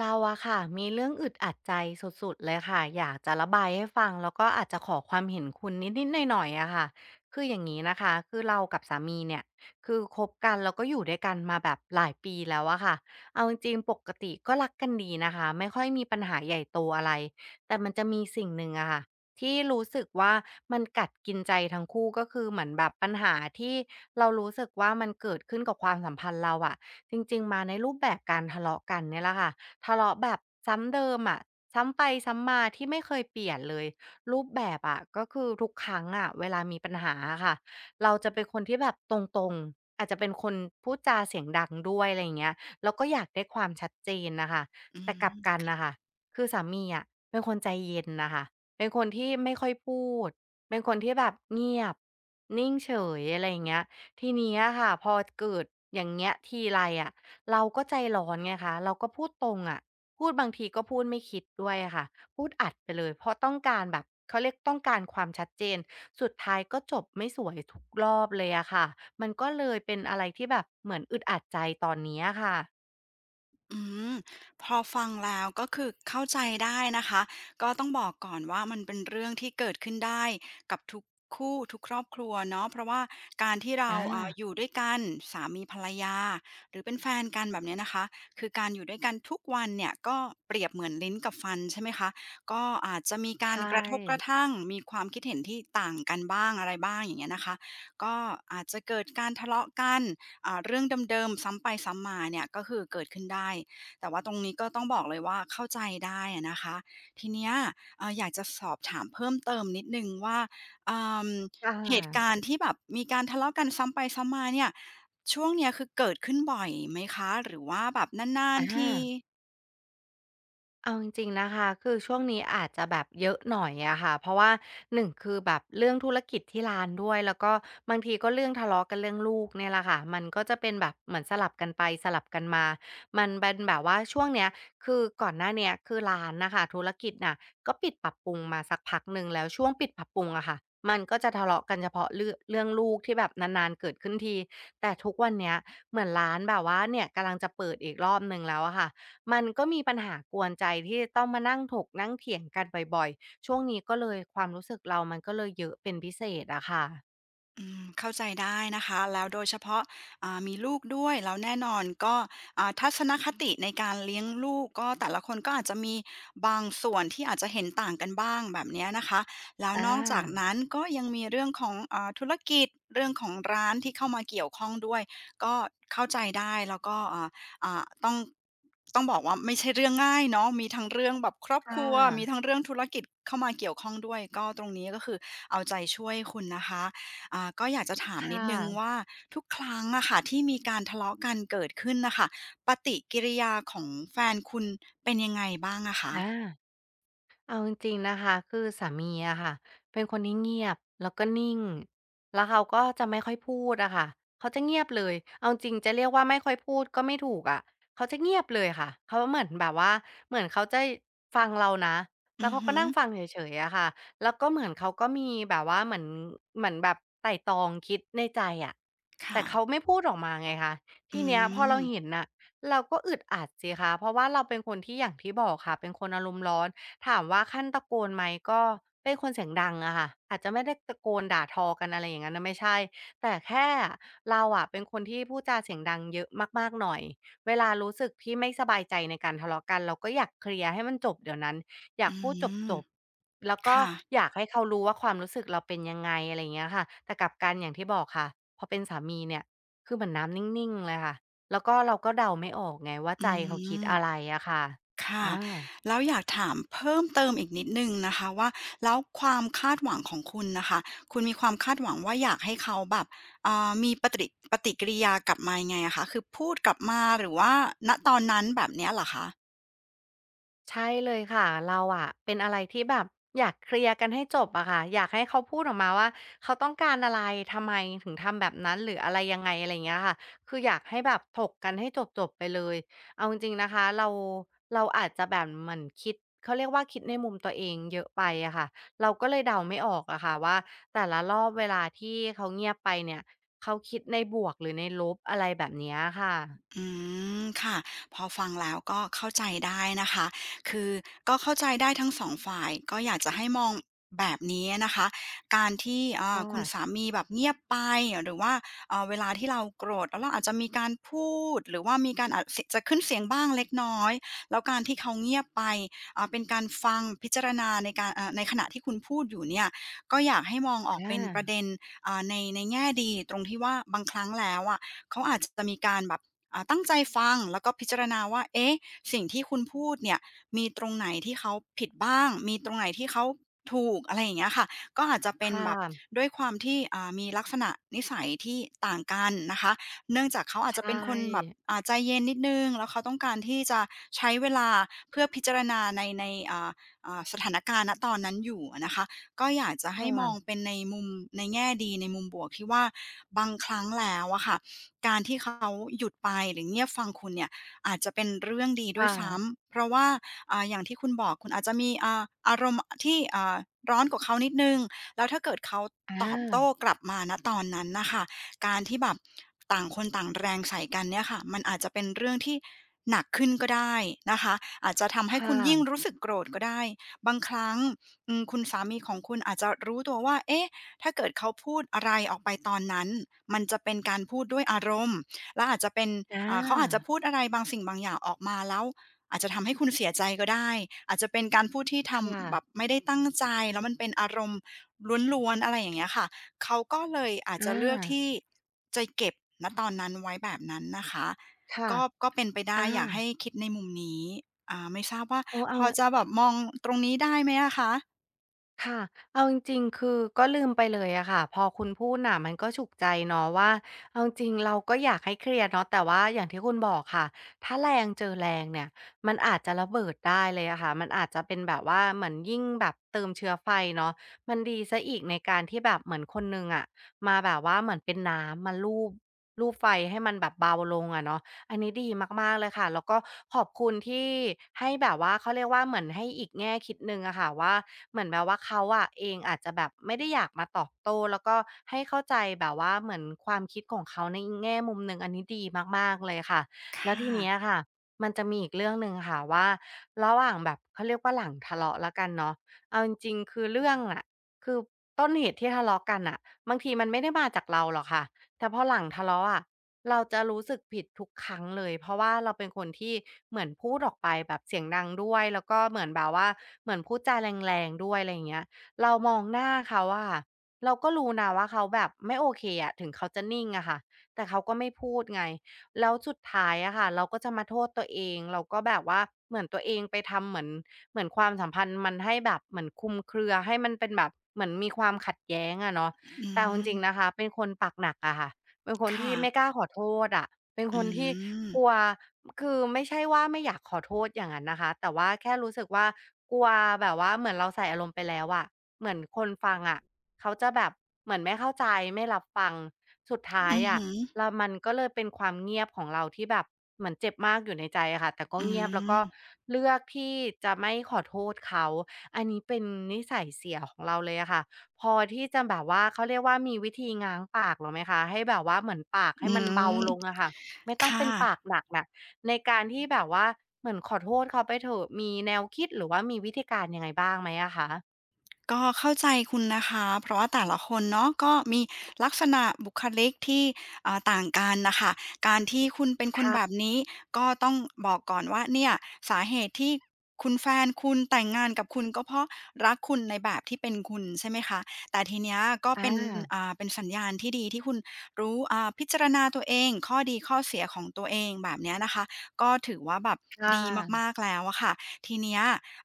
เราอะค่ะมีเรื่องอึดอัดใจสุดๆเลยค่ะอยากจะระบายให้ฟังแล้วก็อาจจะขอความเห็นคุณนิดๆหน่อยๆอะค่ะคืออย่างนี้นะคะคือเรากับสามีเนี่ยคือคบกันแล้วก็อยู่ด้วยกันมาแบบหลายปีแล้วอะค่ะเอาจริงๆปกติก็รักกันดีนะคะไม่ค่อยมีปัญหาใหญ่โตอะไรแต่มันจะมีสิ่งหนึ่งอะค่ะที่รู้สึกว่ามันกัดกินใจทั้งคู่ก็คือเหมือนแบบปัญหาที่เรารู้สึกว่ามันเกิดขึ้นกับความสัมพันธ์เราอะจริงๆมาในรูปแบบการทะเลาะกันเนี่ยแหละค่ะ ทะเลาะแบบซ้ำเดิมอะซ้ำไปซ้ำมาที่ไม่เคยเปลี่ยนเลยรูปแบบอะก็คือทุกครั้งอะเวลามีปัญหาอะค่ะเราจะเป็นคนที่แบบตรงๆอาจจะเป็นคนพูดจาเสียงดังด้วยอะไรอย่างเงี้ยแล้วก็อยากได้ความชัดเจนนะคะอืแต่กลับกันมนะคะคือสามีอะเป็นคนใจเย็นนะคะเป็นคนที่ไม่ค่อยพูดเป็นคนที่แบบเงียบนิ่งเฉยอะไรอย่างเงี้ยทีเนี้อค่ะพอเกิดอย่างเงี้ยทีไรอะ เราก็ใจร้อนไงคะ เราก็พูดตรงอะพูดบางทีก็พูดไม่คิดด้วยอะค่ะ พูดอัดไปเลยเพราะต้องการแบบเขาเรียกต้องการความชัดเจน สุดท้ายก็จบไม่สวยทุกรอบเลยอะค่ะมันก็เลยเป็นอะไรที่แบบเหมือนอึดอัดใจตอนนี้อะค่ะอืมพอฟังแล้วก็คือเข้าใจได้นะคะก็ต้องบอกก่อนว่ามันเป็นเรื่องที่เกิดขึ้นได้กับทุกคู่ทุกครอบครัวเนาะเพราะว่าการที่เราอาอยู่ด้วยกันสามีภรรยาหรือเป็นแฟนกันแบบเนี้ยนะคะคือการอยู่ด้วยกันทุกวันเนี่ยก็เปรียบเหมือนลิ้นกับฟันใช่ไหมคะก็อาจจะมีใชการกระทบกระ่ทั่งมีความคิดเห็นที่ต่างกันบ้างอะไรบ้างอย่างเงี้ยนะคะก็อาจจะเกิดการทะเลาะกัน เรื่องเดิมๆซ้ำไปซ้ำมาเนี่ยก็คือเกิดขึ้นได้แต่ว่าตรงนี้ก็ต้องบอกเลยว่าเข้าใจได้อะนะคะทีเนี้ยอยากจะสอบถามเพิ่มเติมนิดหนึ่งว่าอมอาเหตุการณ์ที่แบบมีการทะเลาะกันซ้ำไปซ้ำมาเนี่ยช่วงเนี้ยคือเกิดขึ้นบ่อยไหมคะหรือว่าแบบนานอๆที า เอาจริงๆนะคะคือช่วงนี้อาจจะแบบเยอะหน่อยอะค่ะเพราะว่าหนึ่งคือแบบเรื่องธุรกิจที่ร้านด้วยแล้วก็บางทีก็เรื่องทะเลาะกันเรื่องลูกเนี่ยแหละค่ะมันก็จะเป็นแบบเหมือนสลับกันไปสลับกันมามันเป็นแบบว่าช่วงเนี้ยคือก่อนหน้าเนี้ยคือร้านนะคะธุรกิจน่ะก็ปิดปรับปรุงมาสักพักหนึ่งแล้วช่วงปิดปรับปรุงอะค่ะมันก็จะทะเลาะกันเฉพาะเรื่องเรื่องลูกที่แบบนานๆเกิดขึ้นทีแต่ทุกวันเนี้ยเหมือนร้านแบบว่าเนี่ยกำลังจะเปิดอีกรอบหนึ่งแล้วอะค่ะ มันก็มีปัญหากวนใจที่ต้องมานั่งถกนั่งเถียงกันบ่อยๆ ช่วงนี้ก็เลยความรู้สึกเรามันก็เลยเยอะเป็นพิเศษอะค่ะอืมเข้าใจได้นะคะแล้วโดยเฉพาะมีลูกด้วยแล้วแน่นอนก็ทัศนคติในการเลี้ยงลูกก็แต่ละคนก็อาจจะมีบางส่วนที่อาจจะเห็นต่างกันบ้างแบบเนี้ยนะคะแล้วอานอกจากนั้นก็ยังมีเรื่องของธุรกิจเรื่องของร้านที่เข้ามาเกี่ยวข้องด้วยก็เข้าใจได้แล้วก็อ่าอ่าต้องต้องบอกว่าไม่ใช่เรื่องง่ายเนาะมีทั้งเรื่องแบบครอบคค่รัวมีทั้ะงเรื่องธุรกิจเข้ามาเกี่ยวข้องด้วยก็ตรงนี้ก็คือเอาใจช่วยคุณนะคะ ก็อยากจะถามนิดค่ะนึงว่าทุกครั้งอะค่ะที่มีการทะเลาะกันเกิดขึ้นนะคะปฏิกิริยาของแฟนคุณเป็นยังไงบ้างอะคะอา เอาจริงๆนะคะคือสามีอะค่ะเป็นคนที่เงียบแล้วก็นิ่งแล้วเขาก็จะไม่ค่อยพูดอะค่ะเขาจะเงียบเลยเอาจริงจะเรียกว่าไม่ค่อยพูดก็ไม่ถูกอะเขาจะเงียบเลยค่ะเขาเหมือนแบบว่าเหมือนเขาจะฟังเรานะแล้อืวอเขาก็ฮึนั่งฟังเฉยๆอะค่ะแล้วก็เหมือนเขาก็มีแบบว่าเหมือนแบบไตร่ตองคิดในใจอะแต่ค่ะเขาไม่พูดออกมาไงคะอืทีเนี้ยพอเราเห็นมน่ะเราก็อึดอัดสิคะเพราะว่าเราเป็นคนที่อย่างที่บอกค่ะเป็นคนอารมณ์ร้อน ถามว่าขั้นตะโกนไหมก็เป็นคนเสียงดังอะค่ะอาจจะไม่ได้ตะโกนด่าทอกันอะไรอย่างนั้นน่ะไม่ใช่แต่แค่เราอะเป็นคนที่พูดจาเสียงดังเยอะมากๆหน่อยเวลารู้สึกที่ไม่สบายใจในการทะเลาะกันเราก็อยากเคลียร์ให้มันจบเดี๋ยวนั้นอยาอืกพูดมจบๆแล้วก็ค่ะอยากให้เขารู้ว่าความรู้สึกเราเป็นยังไงอะไรอย่างเงี้ยค่ะแต่กลับกันอย่างที่บอกค่ะพอเป็นสามีเนี่ยคือเหมือนน้ำนิ่งๆเลยค่ะแล้วก็เราก็เดาไม่ออกไงว่าอืใจเขาคิดมอะไรอะค่ะค่ะอา แล้วอยากถามเพิ่มเติมอีกนิดนึงนะคะว่าแล้วความคาดหวังของคุณนะคะคุณมีความคาดหวังว่าอยากให้เขาแบบมีปฏิกิริยากลับมายังไงอะคะคือพูดกลับมาหรือว่าณตอนนั้นแบบเนี้ยเหรอคะ ใช่เลยค่ะเราอะเป็นอะไรที่แบบอยากเคลียร์กันให้จบอะค่ะอยากให้เขาพูดออกมาว่าเขาต้องการอะไรทำไมถึงทำแบบนั้นหรืออะไรยังไงอะไรอย่างเงี้ยค่ะคืออยากให้แบบถกกันให้จบๆไปเลยเอาจริงๆนะคะเราอาจจะแบบเหมือนคิดเขาเรียกว่าคิดในมุมตัวเองเยอะไปอะค่ะเราก็เลยเดาไม่ออกอะค่ะว่าแต่ละรอบเวลาที่เขาเงียบไปเนี่ยเขาคิดในบวกหรือในลบอะไรแบบเนี้ยค่ะอืมค่ะพอฟังแล้วก็เข้าใจได้นะคะคือก็เข้าใจได้ทั้งสองฝ่ายก็อยากจะให้มองแบบนี้นะคะการที่ค่คุณสาะมีแบบเงียบไปหรือว่าเวลาที่เราโกรธแล้วเราอาจจะมีการพูดหรือว่ามีการอาจสจะขึ้นเสียงบ้างเล็กน้อยแล้วการที่เขาเงียบไปเป็นการฟังพิจารณาในการในขณะที่คุณพูดอยู่เนี่ยก็อยากให้มองออกเป็นประอาเด็นในในแง่ดีตรงที่ว่าบางครั้งแล้วอะเขาอาจจะมีการแบบ ตั้งใจฟังแล้วก็พิจารณาว่าเอ๊ะสิ่งที่คุณพูดเนี่ยมีตรงไหนที่เขาผิดบ้าง มีตรงไหนที่เขาถูกอะไรอย่างเงี้ยค่ะก็อาจจะเป็นค่ะแบบด้วยความที่มีลักษณะนิสัยที่ต่างกันนะคะเนื่องจากเขาอาใชจจะเป็นคนแบบ่ใจเย็นนิดหนึ่งแล้วเขาต้องการที่จะใช้เวลาเพื่อพิจารณาในอ่าสถานการณ์ณตอนนั้นอยู่อะนะคะก็อยากจะคให้มอง่ะ เป็นในมุมในแง่ดีในมุมบวกที่ว่าบางครั้งแล้วอะค่ะ การที่เขาหยุดไปหรือเงียบฟังคุณเนี่ยอาจจะเป็นเรื่องดีคด้วยซ้่ะำเพราะว่าอย่างที่คุณบอกคุณอาจจะมีอารมณ์ที่ร้อนกว่าเขานิดนึงแล้วถ้าเกิดเขาอตอบโต้ากลับมาณตอนนั้นน่ะคะการที่แบบต่างคนต่างแรงใส่กันเนี่ยค่ะมันอาจจะเป็นเรื่องที่หนักขึ้นก็ได้นะคะอาจจะทำให้ค่ะคุณยิ่งรู้สึกโกรธก็ได้บางครั้งอืมคุณสามีของคุณอาจจะรู้ตัวว่าเอ๊ะ ถ้าเกิดเขาพูดอะไรออกไปตอนนั้น มันจะเป็นการพูดด้วยอารมณ์ และอาจจะเป็นอเขาอาจจะาพูดอะไรบางสิ่งบางอย่างออกมาแล้วอาจจะทำให้คุณเสียใจก็ได้อาจจะเป็นการพูดที่ค่ะทำแบบไม่ได้ตั้งใจแล้วมันเป็นอารมณ์ล้วนๆอะไรอย่างเงี้ยค่ะเขาก็เลยอาจจะอาเลือกที่จะเก็บณตอนนั้นไว้แบบนั้นนะคะ ค่ะก็เป็นไปได้อาอยากให้คิดในมุมนี้ไม่ทราบว่าโอ้พเอาอจะแบบมองตรงนี้ได้ไหมอะคะค่ะเอาจริงๆคือก็ลืมไปเลยอะค่ะพอคุณพูดน่ะมันก็ฉุกใจเนาะว่าเอาจริงๆเราก็อยากให้เคลียร์เนาะแต่ว่าอย่างที่คุณบอกค่ะถ้าแรงเจอแรงเนี่ยมันอาจจะระเบิดได้เลยอะค่ะมันอาจจะเป็นแบบว่าเหมือนยิ่งแบบเติมเชื้อไฟเนาะมันดีเสียอีกในการที่แบบเหมือนคนหนึ่งอะมาแบบว่าเหมือนเป็นน้ำมาลูบไฟให้มันแบบเบาลงอะเนาะ อันนี้ดีมากๆเลยค่ะแล้วก็ขอบคุณที่ให้แบบว่าเขาเรียกว่าเหมือนให้อีกแง่คิดหนึ่งอะค่ะว่าเหมือนแบบว่าเขาอะเองอาจจะแบบไม่ได้อยากมาตอบโต้แล้วก็ให้เข้าใจแบบว่าเหมือนความคิดของเขาในอีกแง่มุมหนึ่งอันนี้ดีมากๆเลยค่ะแล้วค่ะทีเนี้ยค่ะมันจะมีอีกเรื่องหนึ่งค่ะว่าระหว่างแบบเขาเรียกว่าหลังทะเลาะแล้วกันเนาะเอาจริงๆคือเรื่องอะคือต้นเหตุที่ทะเลาะกันอะบางทีมันไม่ได้มาจากเราหรอกค่ะแต่พอหลังทะเลาะอะ เราจะรู้สึกผิดทุกครั้งเลยเพราะว่าเราเป็นคนที่เหมือนพูดออกไปแบบเสียงดังด้วยแล้วก็เหมือนแบบว่าเหมือนพูดจาแรงๆด้วยอะไรอย่างเงี้ยเรามองหน้าเขาอะค่ะเราก็รู้นะว่าเขาแบบไม่โอเคอะถึงเขาจะนิ่งอะค่ะแต่เขาก็ไม่พูดไงแล้วสุดท้ายอะค่ะเราก็จะมาโทษตัวเองเราก็แบบว่าเหมือนตัวเองไปทำเหมือนความสัมพันธ์มันให้แบบเหมือนคลุมเครือให้มันเป็นแบบเหมือนมีความขัดแย้งอะเนาะอืแต่เอาจริงๆมนะคะเป็นคนปากหนักอะค่ะ เป็นคนค่ะ ที่ไม่กล้าขอโทษอะเป็นคอืนที่มกลัวคือไม่ใช่ว่าไม่อยากขอโทษอย่างนั้นนะคะแต่ว่าแค่รู้สึกว่ากลัวแบบว่าเหมือนเราใส่อารมณ์ไปแล้วอะเหมือนคนฟังอะเขาจะแบบเหมือนไม่เข้าใจไม่รับฟังสุดท้ายอืออะฮึแล้วมันก็เลยเป็นความเงียบของเราที่แบบเหมือนเจ็บมากอยู่ในใจอะค่ะแต่ก็อืเงียบแล้วก็มเลือกที่จะไม่ขอโทษเขา อันนี้เป็นนิสัยเสียของเราเลยอะค่ะ พอที่จะแบบว่าเขาเรียกว่ามีวิธีง้างปากเราไหมคะให้แบบว่าเหมือนปากอืให้มันเบามลงอะค่ะไม่ต้องเป็ค่ะ นปากหนักน่ะในการที่แบบว่าเหมือนขอโทษเขาไปเถอะมีแนวคิดหรือว่ามีวิธีการยังไงบ้างไหมอะคะก็เข้าใจคุณนะคะเพราะว่าแต่ละคนเนาะก็มีลักษณะบุคลิกที่ต่างกันนะคะการที่คุณเป็นคนแบบค่ะนี้ก็ต้องบอกก่อนว่าเนี่ยสาเหตุที่คุณแฟนแต่งงานกับคุณก็เพราะรักคุณในแบบที่เป็นคุณใช่ไหมคะแต่ทีเนี้ยก็อาเป็นเป็นสัญญาณที่ดีที่คุณรู้พิจารณาตัวเองข้อดีข้อเสียของตัวเองแบบเนี้ยนะคะก็ถือว่าแบบค่ะดีมากๆแล้วอะค่ะทีเนี้ย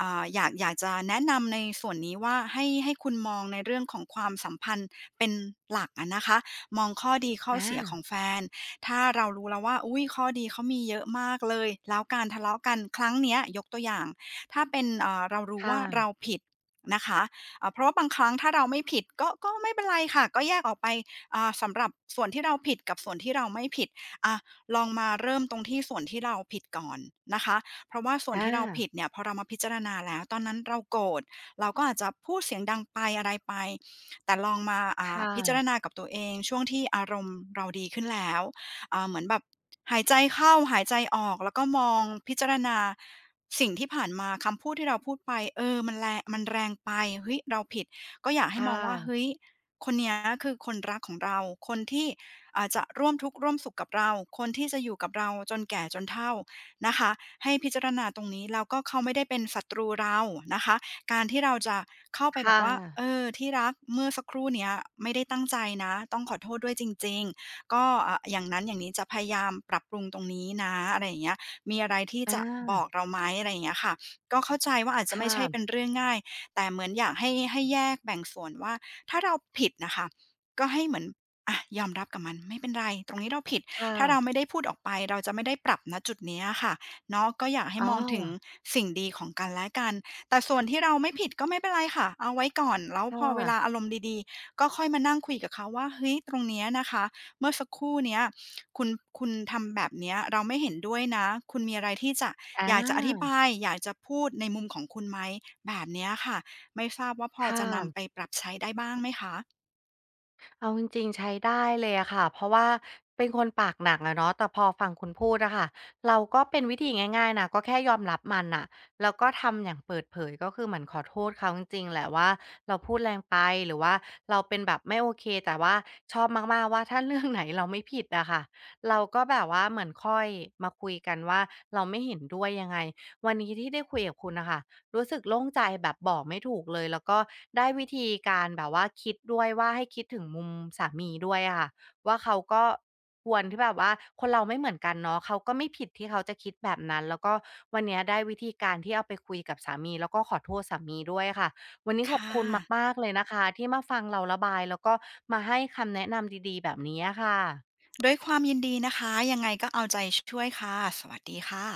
อยากจะแนะนำในส่วนนี้ว่าให้คุณมองในเรื่องของความสัมพันธ์เป็นหลักอะนะคะมองข้อดีข้อเสียขออางแฟนถ้าเรารู้แล้วว่าอุ้ยข้อดีเขามีเยอะมากเลยแล้วการทะเลาะกันครั้งเนี้ยยกตัวอย่างถ้าเป็นเรารู้ว่าค่ะเราผิดนะคะเพราะว่าบางครั้งถ้าเราไม่ผิดก็ไม่เป็นไรค่ะก็แยกออกไปสำหรับส่วนที่เราผิดกับส่วนที่เราไม่ผิดอะลองมาเริ่มตรงที่ส่วนที่เราผิดก่อนนะคะ เพราะว่าส่วนอที่เราผิดาเนี่ยพอเรามาพิจารณาแล้วตอนนั้นเราโกรธเราก็อาจจะพูดเสียงดังไปอะไรไปแต่ลองมาคพิจาร่ะณากับตัวเองช่วงที่อารมณ์เราดีขึ้นแล้วเหมือนแบบหายใจเข้าหายใจออกแล้วก็มองพิจารณาสิ่งที่ผ่านมาคำพูดที่เราพูดไปเออมันแรงไปเฮ้ยเราผิดก็อยากให้ค่มองว่าะเฮ้ยคนเนี้ยคือคนรักของเราคนที่จะร่วมทุกข์ร่วมสุขกับเราคนที่จะอยู่กับเราจนแก่จนเฒ่า นะคะให้พิจารณาตรงนี้แล้วก็เขาไม่ได้เป็นศัตรูเรานะคะการที่เราจะเข้าไปบอกค่ะว่าเออที่รักเมื่อสักครู่เนี้ยไม่ได้ตั้งใจนะต้องขอโทษด้วยจริงๆก็อย่างนั้นอย่างนี้จะพยายามปรับปรุงตรงนี้นะอะไรอย่างเงี้ยมีอะไรที่อจะบอกาเราไหมอะไรอย่างเงี้ยค่ะก็เข้าใจว่าอาจจะคไม่ใช่เป็น่ะเรื่องง่ายแต่เหมือนอยากให้แยกแบ่งส่วนว่าถ้าเราผิดน่ะค่ะก็ให้เหมือนอะยอมรับกับมันไม่เป็นไรตรงนี้เราผิด ค่ะถ้าเราไม่ได้พูดออกไปเราจะไม่ได้ปรับณจุดเนี้ยค่ะเนาะก็อยากให้อ๋อมองถึงสิ่งดีของกันและกันแต่ส่วนที่เราไม่ผิดก็ไม่เป็นไรค่ะเอาไว้ก่อนแล้วค่พอเวลาะอารมณ์ดีๆก็ค่อยมานั่งคุยกับเขาว่าเฮ้ยตรงเนี้ยนะคะเมื่อสักครู่เนี้ยคุณคุณทำแบบเนี้ยเราไม่เห็นด้วยนะคุณมีอะไรที่จะออยากจะอธิาบายอยากจะพูดในมุมของคุณไหมแบบเนี้ยค่ะไม่ทราบว่าพอค่ะ จะนำไปปรับใช้ได้บ้างไหมคะเอาจริงๆใช้ได้เลยอะค่ะเพราะว่าเป็นคนปากหนักอะเนาะแต่พอฟังคุณพูดอะค่ะเราก็เป็นวิธีง่ายๆนะก็แค่ยอมรับมันน่ะแล้วก็ทำอย่างเปิดเผยก็คือเหมือนขอโทษเขาจริงๆแหละว่าเราพูดแรงไปหรือว่าเราเป็นแบบไม่โอเคแต่ว่าชอบมากๆว่าถ้าเรื่องไหนเราไม่ผิดอะค่ะเราก็แบบว่าเหมือนค่อยมาคุยกันว่าเราไม่เห็นด้วยยังไงวันนี้ที่ได้คุยกับคุณน่ะค่ะ รู้สึกโล่งใจแบบบอกไม่ถูกเลยแล้วก็ได้วิธีการแบบว่าคิดด้วยว่าให้คิดถึงมุมสามีด้วยอะค่ะว่าเขาก็ควรที่แบบว่าคนเราไม่เหมือนกันเนาะเขาก็ไม่ผิดที่เขาจะคิดแบบนั้นแล้วก็วันเนี้ยได้วิธีการที่เอาไปคุยกับสามีแล้วก็ขอโทษสามีด้วยค่ะวันนี้ขอบค่คุณะ มากๆเลยนะคะที่มาฟังเราระบายแล้วก็มาให้คำแนะนำดีๆแบบนี้อะค่ะด้วยความยินดีนะคะ ยังไงก็เอาใจช่วยค่ะ สวัสดีค่ะ